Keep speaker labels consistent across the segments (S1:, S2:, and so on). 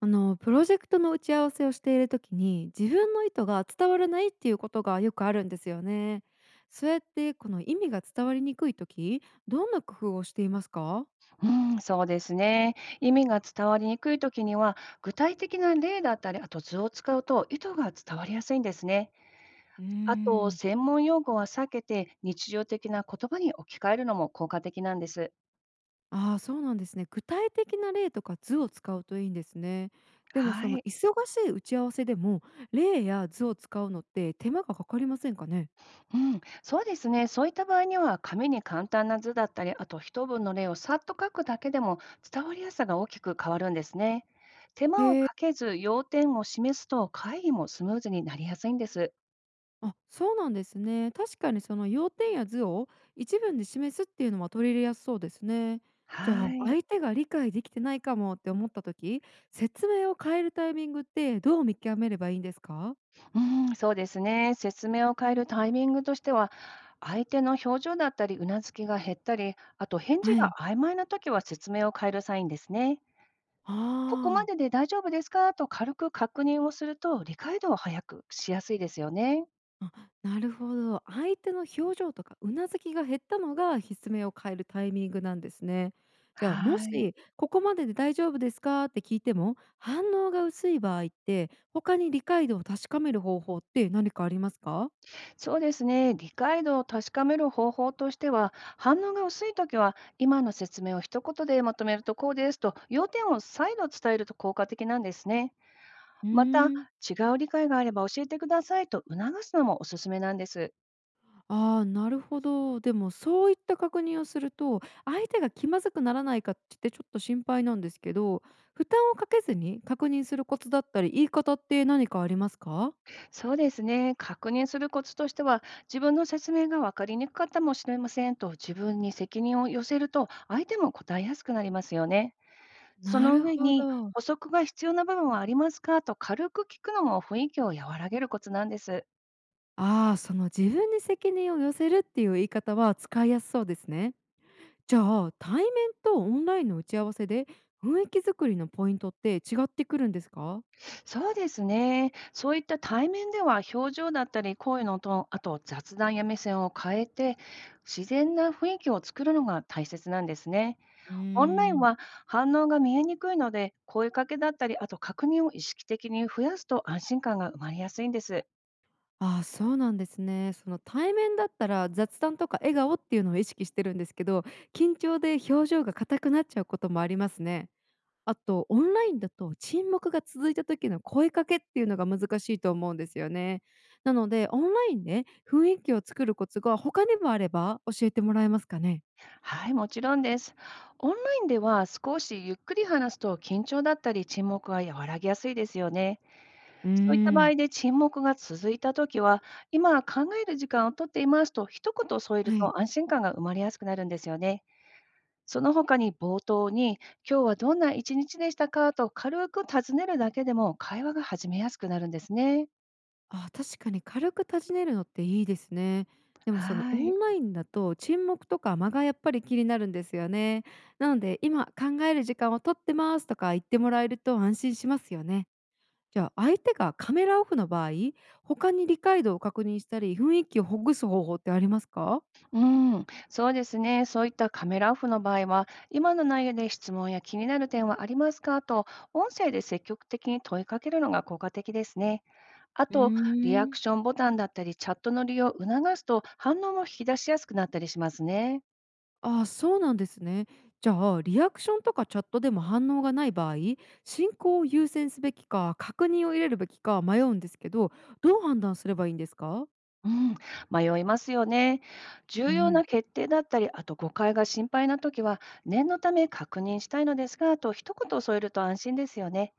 S1: あのプロジェクトの打ち合わせをしている時に自分の意図が伝わらないっていうことがよくあるんですよね。そうやってこの意味が伝わりにくい時どんな工夫をしていますか？
S2: うん、そうですね。意味が伝わりにくいときには、具体的な例だったり、あと図を使うと意図が伝わりやすいんですね。
S1: うー
S2: あと、
S1: ん。
S2: 専門用語は避けて、日常的な言葉に置き換えるのも効果的なんです。
S1: ああー、そうなんですね。具体的な例とか図を使うといいんですね。でもそ
S2: は
S1: の
S2: い。
S1: 忙しい打ち合わせでも例や図を使うのって手間がかかりませんかね？
S2: うん、そうですね。そういった場合には、紙に簡単な図だったり、あと一文の例をさっと書くだけでも、伝わりやすさが大きく変わるんですね。手間を
S1: へ。
S2: かけず、要点を示すと、会議もスムーズになりやすいんです。
S1: あ、そうなんですね。確かにその要点や図を一文で示すっていうのは取り入れやすそうですね。じゃ
S2: は
S1: あ、
S2: い。
S1: 相手が理解できてないかもって思った時、説明を変えるタイミングってどう見極めればいいんですか？
S2: うん、そうですね。説明を変えるタイミングとしては、相手の表情だったり、うなずきが減ったり、あと返事
S1: は
S2: が
S1: い。
S2: 曖昧な時は説明を変えるサインですね。
S1: あ
S2: ここまで
S1: あ。
S2: で大丈夫ですかと軽く確認をすると、理解度を早くしやすいですよね。
S1: あ、なるほど。相手の表情とかうなずきが減ったのが、失明を変えるタイミングなんですね。じゃあ、も
S2: はい。
S1: し「ここまでで大丈夫ですか？」って聞いても、反応が薄い場合って、他に理解度を確かめる方法って何かありますか？
S2: そうですね。理解度を確かめる方法としては、反応が薄い時は、今の説明を一言でまとめるとこうですと、要点を再度伝えると効果的なんですね。
S1: う
S2: また、
S1: ーん。
S2: 違う理解があれば教えてくださいと促すのもおすすめなんです。
S1: ああ、なるほど。でもそういった確認をすると、相手が気まずくならないかってちょっと心配なんですけど、負担をかけずに確認するコツだったり、言い方って何かありますか？
S2: そうですね。確認するコツとしては、自分の説明が分かりにくかったかもしれませんと自分に責任を寄せると、相手も答えやすくなりますよね。そ
S1: な
S2: の
S1: る
S2: 上
S1: ほ
S2: に、
S1: ど。
S2: 補足が必要な部分はありますかと軽く聞くのも雰囲気を和らげるコツなんです。
S1: ああ、その自分に責任を寄せるっていう言い方は使いやすそうですね。じゃあ、対面とオンラインの打ち合わせで雰囲気作りのポイントって違ってくるんですか？
S2: そうですね。そういった対面では表情だったり声のトーン、あと雑談や目線を変えて自然な雰囲気を作るのが大切なんですね。
S1: うー
S2: オンライン
S1: ん。
S2: は反応が見えにくいので声かけだったり、あと確認を意識的に増やすと安心感が生まれやすいんです。
S1: ああ、そうなんですね。その対面だったら雑談とか笑顔っていうのを意識してるんですけど緊張で表情が硬くなっちゃうこともありますね。あと、オンラインだと沈黙が続いた時の声かけっていうのが難しいと思うんですよね。なので、オンラインで雰囲気を作るコツが他にもあれば教えてもらえますかね？
S2: はい、もちろんです。オンラインでは少しゆっくり話すと緊張だったり沈黙が和らぎやすいですよね。
S1: うー
S2: そういった場
S1: ん。
S2: 合で沈黙が続いたときは、今考える時間をとっていますと一言添える
S1: はい。
S2: と安心感が生まれやすくなるんですよね。その他に冒頭に、今日はどんな一日でしたかと軽く尋ねるだけでも会話が始めやすくなるんですね。
S1: あ、確かに軽く尋ねるのっていいですね。でも
S2: は
S1: そのオ
S2: い。
S1: ンラインだと沈黙とか間がやっぱり気になるんですよね。なので、今考える時間を取ってますとか言ってもらえると安心しますよね。じゃあ、相手がカメラオフの場合、他に理解度を確認したり、雰囲気をほぐす方法ってありますか？
S2: うん、そうですね。そういったカメラオフの場合は、今の内容で質問や気になる点はありますかと、音声で積極的に問いかけるのが効果的ですね。あ
S1: うー
S2: と、リアク
S1: ん。
S2: ションボタンだったり、チャットの利用を促すと、反応も引き出しやすくなったりしますね。
S1: ああ、そうなんですね。じゃあ、リアクションとかチャットでも反応がない場合、進行を優先すべきか、確認を入れるべきか迷うんですけど、どう判断すればいいんですか？
S2: うん、迷いますよね。重
S1: う
S2: 要
S1: ん。
S2: な決定だったり、あと誤解が心配なときは、念のため確認したいのですが、と一言添えると安心ですよね。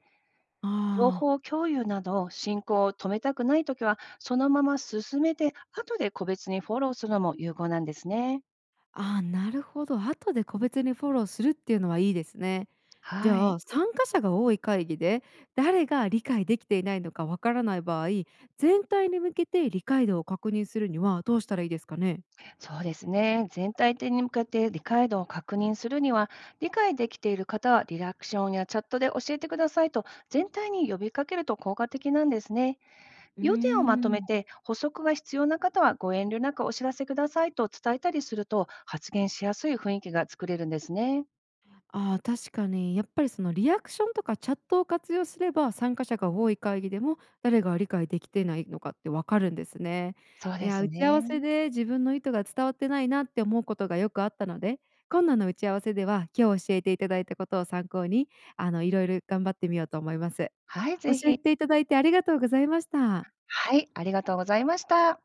S1: あ
S2: 情
S1: ー。
S2: 報共有など、進行を止めたくないときは、そのまま進めて、後で個別にフォローするのも有効なんですね。
S1: あー、なるほど。後で個別にフォローするっていうのはいいですね。じ
S2: はい。
S1: ゃあ、参加者が多い会議で誰が理解できていないのかわからない場合、全体に向けて理解度を確認するにはどうしたらいいですかね？
S2: そうですね。全体的に向けて理解度を確認するには、理解できている方はリラクションやチャットで教えてくださいと全体に呼びかけると効果的なんですね。
S1: うー
S2: 要点をまとめ
S1: ん、
S2: て、補足が必要な方はご遠慮なくお知らせくださいと伝えたりすると、発言しやすい雰囲気が作れるんですね。
S1: ああ、確かにやっぱりそのリアクションとかチャットを活用すれば参加者が多い会議でも誰が理解できてないのかってわかるんですね。
S2: そう
S1: い
S2: で
S1: や、
S2: す
S1: 打ち合わせ
S2: ね。
S1: で自分の意図が伝わってないなって思うことがよくあったので今度の打ち合わせでは今日教えていただいたことを参考にいろいろ頑張ってみようと思います。
S2: はい、ぜ
S1: 教え
S2: ひ。
S1: ていただいてありがとうございました。
S2: はい、ありがとうございました。